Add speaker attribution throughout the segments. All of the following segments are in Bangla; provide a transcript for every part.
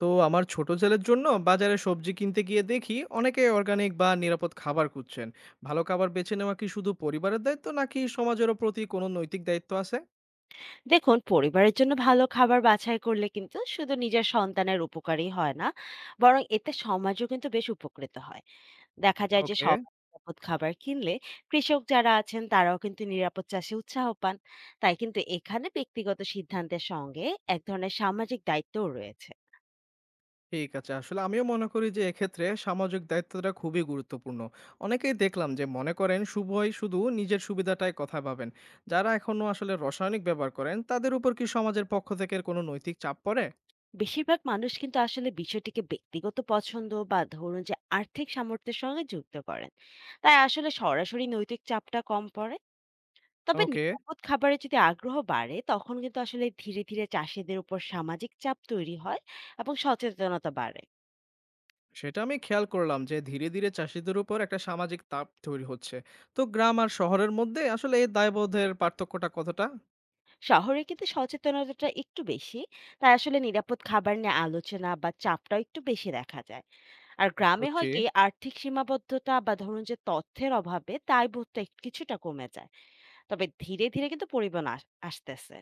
Speaker 1: তো আমার ছোট ছেলের জন্য বাজারে সবজি কিনতে গিয়ে দেখি অনেকে অর্গানিক বা নিরাপদ খাবার খুঁজছেন। ভালো খাবার বেছে নেওয়া কি শুধু পরিবারের দায়িত্ব নাকি সমাজেরও প্রতি কোনো নৈতিক দায়িত্ব আছে?
Speaker 2: দেখুন, পরিবারের জন্য ভালো খাবার বাছাই করলে কিন্তু শুধু নিজের সন্তানের উপকারই হয় না, বরং এতে সমাজও কিন্তু বেশ উপকৃত হয়। দেখা যায় যে
Speaker 1: ওকে।
Speaker 2: সব নিরাপদ খাবার কিনলে কৃষক যারা আছেন তারাও কিন্তু নিরাপদ চাষে উৎসাহ পান। তাই কিন্তু এখানে ব্যক্তিগত সিদ্ধান্তের সঙ্গে এক ধরনের সামাজিক দায়িত্বও রয়েছে।
Speaker 1: ঠিক আছে, আসলে আমিও মনে করি যে এক্ষেত্রে সামাজিক দায়িত্বটা খুবই গুরুত্বপূর্ণ। অনেকেই দেখলাম যে মনে করেন শুভই শুধু নিজের সুবিধাটাই কথা ভাবেন। যারা এখনো আসলে রাসায়নিক ব্যবহার করেন তাদের উপর কি সমাজের পক্ষ থেকে কোনো নৈতিক চাপ পড়ে?
Speaker 2: বেশিরভাগ মানুষ কিন্তু আসলে বিষয়টিকে ব্যক্তিগত পছন্দ বা ধরুন যে আর্থিক সামর্থ্যের সঙ্গে যুক্ত করেন। তাই আসলে সরাসরি নৈতিক চাপটা কম পড়ে। তবে
Speaker 1: ওকে।
Speaker 2: নিরাপদ খাবারে যদি আগ্রহ বাড়ে, তখন কিন্তু আসলে ধীরে ধীরে চাষিদের উপর সামাজিক চাপ তৈরি হয় এবং সচেতনতা বাড়ে।
Speaker 1: সেটা আমি খেয়াল করলাম যে ধীরে ধীরে চাষিদের উপর একটা সামাজিক তাপ তৈরি হচ্ছে। তো গ্রাম আর শহরের মধ্যে আসলে এই দায়বোধের পার্থক্যটা কতটা
Speaker 2: শহরে কিন্তু সচেতনতাটা একটু বেশি, তাই আসলে নিরাপদ খাবার নিয়ে আলোচনা বা চাপটাও একটু বেশি দেখা যায়। আর গ্রামে
Speaker 1: হচ্ছে?
Speaker 2: হয় কি, আর্থিক সীমাবদ্ধতা বা ধরুন যে তথ্যের অভাবে দায়বদ্ধতা কিছুটা কমে যায়। তবে ধীরে ধীরে কিন্তু পরিবর্তন আসতেছে।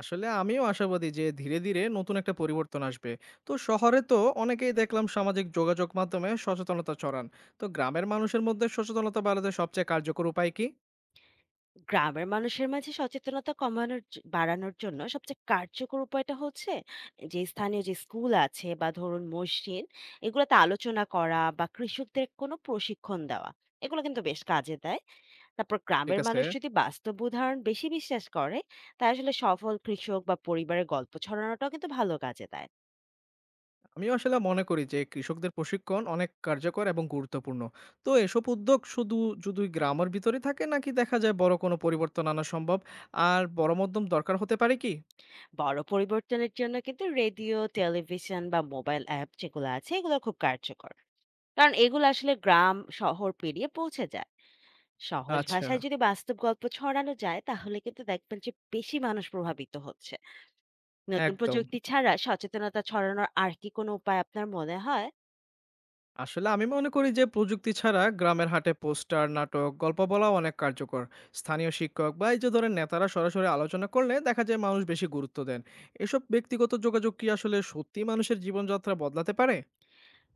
Speaker 1: আসলে আমিও আশাবাদী যে ধীরে ধীরে নতুন একটা পরিবর্তন আসবে। তো শহরে তো অনেকেই দেখলাম সামাজিক যোগাযোগ মাধ্যমে সচেতনতা ছড়ান। তো গ্রামের মানুষের মধ্যে সচেতনতা বাড়াতে সবচেয়ে কার্যকর উপায় কি?
Speaker 2: গ্রামের মানুষের মাঝে সচেতনতা বাড়ানোর জন্য সবচেয়ে কার্যকর উপায়টা হচ্ছে যে স্থানীয় যে স্কুল আছে বা ধরুন মসজিদ, এগুলোতে আলোচনা করা বা কৃষকদের কোনো প্রশিক্ষণ দেওয়া। এগুলো কিন্তু বেশ কাজে দেয়। তারপর
Speaker 1: ঠিক
Speaker 2: গ্রামের
Speaker 1: আছে।
Speaker 2: মানুষ যদি বাস্তব উদাহরণ বেশি বিশ্বাস করে, তাই আসলে সফল কৃষক বা পরিবারের গল্প ছড়ানোটাও কিন্তু ভালো কাজে দেয়।
Speaker 1: আমিও আসলে মনে করি যে কৃষকদের প্রশিক্ষণ অনেক কার্যকর এবং গুরুত্বপূর্ণ। তো এসব উদ্যোগ শুধু যদি গ্রামের ভিতরে থাকে নাকি দেখা যায় বড় কোনো পরিবর্তন আনা সম্ভব? আর বড় মধ্যম দরকার হতে পারে কি?
Speaker 2: বড় পরিবর্তনের জন্য কিন্তু রেডিও, টেলিভিশন বা মোবাইল অ্যাপ যেগুলো আছে এগুলো খুব কার্যকর, কারণ এগুলো আসলে গ্রাম শহর পেরিয়ে পৌঁছে যায়। সহজ
Speaker 1: আচ্ছা।
Speaker 2: ভাষায় যদি বাস্তব গল্প ছড়ানো যায়, তাহলে কিন্তু দেখবেন যে বেশি মানুষ প্রভাবিত হচ্ছে। নতুন
Speaker 1: একদম।
Speaker 2: প্রযুক্তি ছাড়া সচেতনতা ছড়ানোর আর কি কোনো উপায় আপনার মনে হয়?
Speaker 1: আসলে আমি মনে করি যে প্রযুক্তি ছাড়া গ্রামের হাটে পোস্টার, নাটক, গল্প বলাও অনেক কার্যকর। স্থানীয় শিক্ষক বা এই যে ধরেন নেতারা সরাসরি আলোচনা করলে দেখা যায় মানুষ বেশি গুরুত্ব দেন। এসব ব্যক্তিগত যোগাযোগ কি আসলে সত্যি মানুষের জীবনযাত্রা বদলাতে পারে?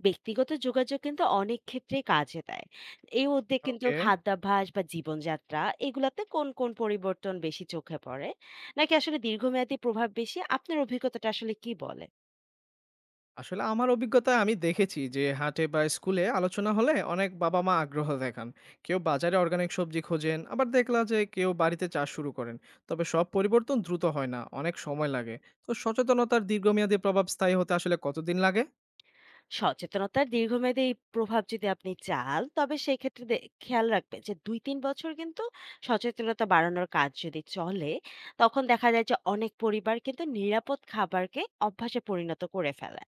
Speaker 2: ব্যক্তিগত যোগাযোগ কিন্তু অনেক ক্ষেত্রে কাজে দেয়। এই উদ্যোগ কিন্তু
Speaker 1: ওকে।
Speaker 2: খাদ্যাভ্যাস বা জীবনযাত্রা, এগুলাতে কোন কোন পরিবর্তন বেশি চোখে পড়ে, নাকি আসলে দীর্ঘমেয়াদী প্রভাব বেশি? আপনার অভিজ্ঞতাটা আসলে কি বলে?
Speaker 1: আসলে আমার অভিজ্ঞতায় আমি দেখেছি যে হাটে বা স্কুলে আলোচনা হলে অনেক বাবা মা আগ্রহ দেখান। কেউ বাজারে অর্গানিক সবজি খোঁজেন, আবার দেখলাম যে কেউ বাড়িতে চাষ শুরু করেন। তবে সব পরিবর্তন দ্রুত হয় না, অনেক সময় লাগে। তো সচেতনতার দীর্ঘমেয়াদী প্রভাব স্থায়ী হতে আসলে কতদিন লাগে?
Speaker 2: সচেতনতার দীর্ঘমেয়াদী এই প্রভাব যদি আপনি চান, তবে সেই ক্ষেত্রে খেয়াল রাখবেন যে 2-3 বছর কিন্তু সচেতনতা বাড়ানোর কাজ যদি চলে, তখন দেখা যায় যে অনেক পরিবার কিন্তু নিরাপদ খাবারকে অভ্যাসে পরিণত করে ফেলে।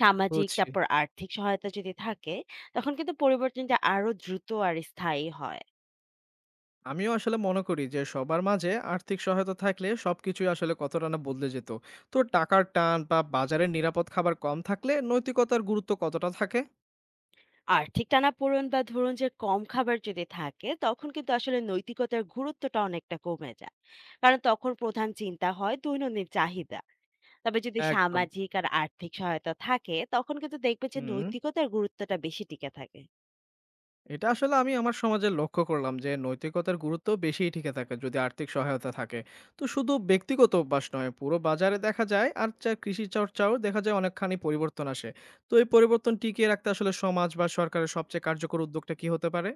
Speaker 2: সামাজিক
Speaker 1: বুঝছি।
Speaker 2: তারপর আর্থিক সহায়তা যদি থাকে, তখন কিন্তু পরিবর্তনটা আরো দ্রুত আর স্থায়ী হয়।
Speaker 1: আমিও আসলে মনে করি যে সবার মাঝে আর্থিক সহায়তা থাকলে সবকিছুই আসলে কতটা না বদলে যেত। তো টাকার টান বা বাজারের নিরাপদ খাবার কম থাকলে নৈতিকতার গুরুত্ব কতটা থাকে?
Speaker 2: আর্থিক টানাপোড়েন বা ধরুন যে কম খাবার যদি থাকে, তখন কিন্তু আসলে নৈতিকতার গুরুত্বটা অনেকটা কমে যায়, কারণ তখন প্রধান চিন্তা হয় দৈনন্দিন চাহিদা। তবে যদি
Speaker 1: একদম।
Speaker 2: সামাজিক আর আর্থিক সহায়তা থাকে, তখন কিন্তু দেখবে যে
Speaker 1: হুম।
Speaker 2: নৈতিকতার গুরুত্বটা বেশি টিকে থাকে।
Speaker 1: এটা আসলে আমি আমার সমাজে লক্ষ্য করলাম যে নৈতিকতার গুরুত্ব বেশিই টিকে থাকে যদি আর্থিক সহায়তা থাকে। তো শুধু ব্যক্তিগত অভ্যাস নয়, পুরো বাজারে দেখা যায় আর চা কৃষি চর্চাও দেখা যায় অনেকখানি পরিবর্তন আসে। তো এই পরিবর্তন টিকিয়ে রাখতে আসলে সমাজ বা সরকারের সবচেয়ে কার্যকর উদ্যোগটা কি হতে পারে?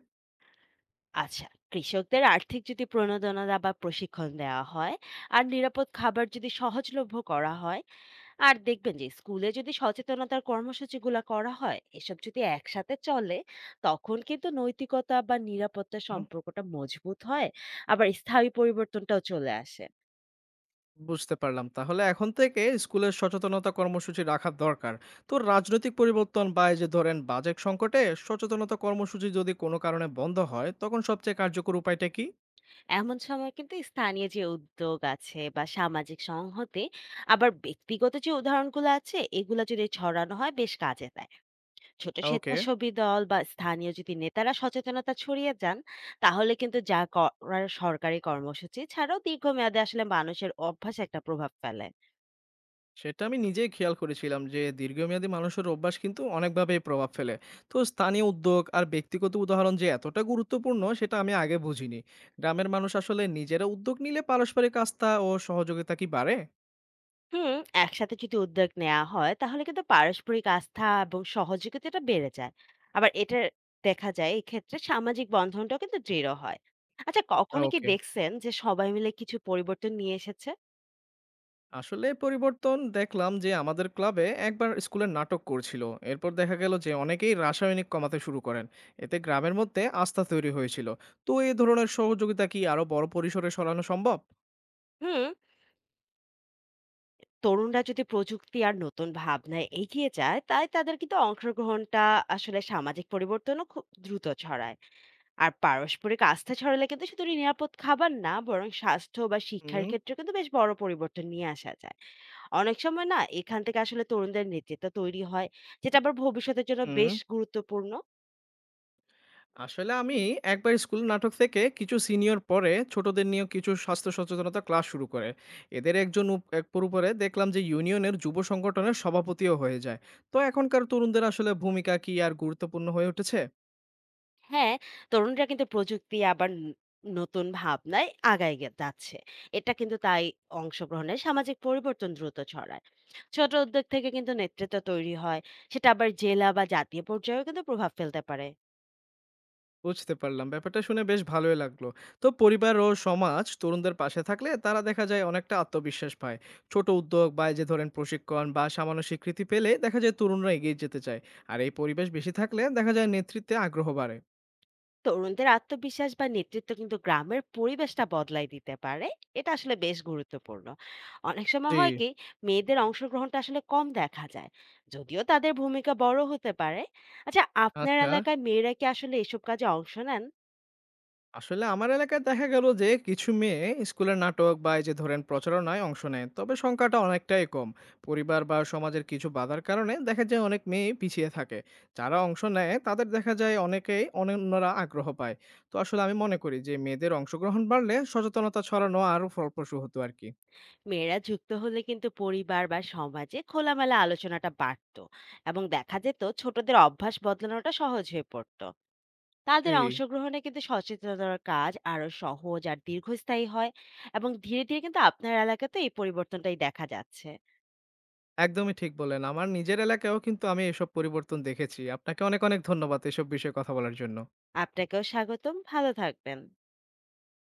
Speaker 2: আচ্ছা, কৃষকদের আর্থিক যদি প্রণোদনা বা প্রশিক্ষণ দেওয়া হয়, আর নিরাপদ খাবার যদি সহজলভ্য করা হয়, আর দেখবেন যে স্কুলে যদি সচেতনতার কর্মসূচিগুলো করা হয়, এসব যদি একসাথে চলে, তখন কিন্তু নৈতিকতা বা নিরাপত্তা
Speaker 1: হুম।
Speaker 2: সম্পর্কটা মজবুত হয়, আবার স্থায়ী পরিবর্তনটাও চলে আসে।
Speaker 1: বুঝতে পারলাম, তাহলে এখন থেকে স্কুলের সচেতনতা কর্মসূচি রাখা দরকার। তো রাজনৈতিক পরিবর্তন বা এই যে ধরেন বাজেট সংকটে সচেতনতা কর্মসূচি যদি কোনো কারণে বন্ধ হয় তখন সবচেয়ে কার্যকর উপায়টা কি?
Speaker 2: এমন সময় কিন্তু স্থানীয় যে উদ্যোগ আছে বা সামাজিক সংহতে, আবার ব্যক্তিগত যে উদাহরণগুলো আছে, এগুলো যদি ছড়ানো হয় বেশ কাজে দেয়। ছোট
Speaker 1: ওকে।
Speaker 2: স্বেচ্ছাসেবী দল বা স্থানীয় যদি নেতারা সচেতনতা ছড়িয়ে যান, তাহলে কিন্তু যা করার সরকারি কর্মসূচি ছাড়াও দীর্ঘমেয়াদে আসলে মানুষের অভ্যাস একটা প্রভাব ফেলে।
Speaker 1: সেটা আমি নিজেই খেয়াল করেছিলাম যে দীর্ঘমেয়াদী মানুষের অভ্যাস কিন্তু অনেকভাবেই প্রভাব ফেলে। তো স্থানীয় উদ্যোগ আর ব্যক্তিগত উদাহরণ যে এতটা গুরুত্বপূর্ণ সেটা আমি আগে বুঝিনি। গ্রামের মানুষ আসলে নিজেরা উদ্যোগ নিলে পারস্পরিক আস্থা ও সহযোগিতা কি বাড়ে?
Speaker 2: হুম। একসাথে যদি উদ্যোগ নেওয়া হয়, তাহলে কিন্তু পারস্পরিক আস্থা এবং সহযোগিতাটা বেড়ে যায়। আবার এটা দেখা যায় এক্ষেত্রে সামাজিক বন্ধনটাও কিন্তু দৃঢ় হয়। আচ্ছা, কখনো কি
Speaker 1: ওকে।
Speaker 2: দেখছেন যে সবাই মিলে কিছু পরিবর্তন নিয়ে এসেছে?
Speaker 1: আসলে পরিবর্তন দেখলাম যে আমাদের ক্লাবে একবার স্কুলের নাটক করছিল। এরপর দেখা গেল যে অনেকেই রাসায়নিক কমাতে শুরু করেন। এতে গ্রামের মধ্যে আস্থা তৈরি হয়েছিল। তো এই ধরনের সহযোগিতা কি আরো বড় পরিসরে সরানো সম্ভব?
Speaker 2: হুম। তরুণরা যদি প্রযুক্তি আর নতুন ভাবনায় এগিয়ে যায়, তাই তাদের কিন্তু অংশগ্রহণটা আসলে সামাজিক পরিবর্তনও খুব দ্রুত ছড়ায়। আর পারস্পরিক আস্থা ছড়ালে কিন্তু শুধু নিরাপদ খাবার না, বরং স্বাস্থ্য বা শিক্ষার
Speaker 1: হুম।
Speaker 2: ক্ষেত্রে কিন্তু বেশ বড় পরিবর্তন নিয়ে আসা যায়। অনেক সময় না এখান থেকে আসলে তরুণদের নেতৃত্ব তৈরি হয়, যেটা আবার ভবিষ্যতের জন্য
Speaker 1: হুম।
Speaker 2: বেশ গুরুত্বপূর্ণ।
Speaker 1: আসলে আমি একবার স্কুল নাটক থেকে কিছু সিনিয়র পরে ছোটদের নিয়ে কিছু স্বাস্থ্য সচেতনতা ক্লাস শুরু করে। এদের একজন এক পরে দেখলাম যে ইউনিয়নের যুব সংগঠনের সভাপতিও হয়ে যায়। তো এখনকার তরুণদের আসলে ভূমিকা কি আর গুরুত্বপূর্ণ হয়ে উঠেছে?
Speaker 2: হ্যাঁ, তরুণরা কিন্তু প্রযুক্তি, নতুন ভাবনায় আগায় যাচ্ছে। এটা কিন্তু তাই অংশগ্রহণের সামাজিক পরিবর্তন দ্রুত ছড়ায়। ছোট উদ্যোগ থেকে কিন্তু নেতৃত্ব তৈরি হয়, সেটা আবার জেলা বা জাতীয় পর্যায়েও কিন্তু প্রভাব ফেলতে পারে।
Speaker 1: বুঝতে পারলাম, ব্যাপারটা শুনে বেশ ভালোই লাগলো। তো পরিবার ও সমাজ তরুণদের পাশে থাকলে তারা দেখা যায় অনেকটা আত্মবিশ্বাস পায়। ছোট উদ্যোগ বা এই যে ধরেন প্রশিক্ষণ বা সামান্য স্বীকৃতি পেলে দেখা যায় তরুণরা এগিয়ে যেতে চায়। আর এই পরিবেশ বেশি থাকলে দেখা যায় নেতৃত্বে আগ্রহ বাড়ে।
Speaker 2: তরুণদের আত্মবিশ্বাস বা নেতৃত্ব কিন্তু গ্রামের পরিবেশটা বদলাই দিতে পারে, এটা আসলে বেশ গুরুত্বপূর্ণ। অনেক সময়
Speaker 1: জি।
Speaker 2: হয় কি, মেয়েদের অংশগ্রহণটা আসলে কম দেখা যায়, যদিও তাদের ভূমিকা বড় হতে পারে। আচ্ছা, আপনার
Speaker 1: আচ্ছা।
Speaker 2: এলাকায় মেয়েরা কি আসলে এসব কাজে অংশ নেন?
Speaker 1: আসলে আমার এলাকায় দেখা গেল যে কিছু মেয়ে স্কুলের নাটক বা এই যে ধরেন প্রচারণায় অংশ নেয়, তবে সংখ্যাটা অনেকটাই কম। পরিবার বা সমাজের কিছু বাধার কারণে দেখা যায় অনেক মেয়ে পিছিয়ে থাকে। যারা অংশ নেয় তাদের দেখা যায় অনেকেই অন্যরা আগ্রহ পায়। তো আসলে আমি মনে করি যে মেয়েদের অংশগ্রহণ বাড়লে সচেতনতা ছড়ানো আরো ফলপ্রসূ হতো আর কি।
Speaker 2: মেয়েরা যুক্ত হলে কিন্তু পরিবার বা সমাজে খোলামেলা আলোচনাটা বাড়তো, এবং দেখা যেত ছোটদের অভ্যাস বদলানোটা সহজ হয়ে পড়তো। তাদের
Speaker 1: জি।
Speaker 2: অংশগ্রহণে কিন্তু সচেতনতার কাজ আরো সহজ আর দীর্ঘস্থায়ী হয়, এবং ধীরে ধীরে কিন্তু আপনার এলাকাতে এই পরিবর্তনটাই দেখা যাচ্ছে।
Speaker 1: একদমই ঠিক বলেন, আমার নিজের এলাকায়ও কিন্তু আমি এসব পরিবর্তন দেখেছি। আপনাকে অনেক অনেক ধন্যবাদ এসব বিষয়ে কথা বলার জন্য।
Speaker 2: আপনাকেও স্বাগতম, ভালো থাকবেন।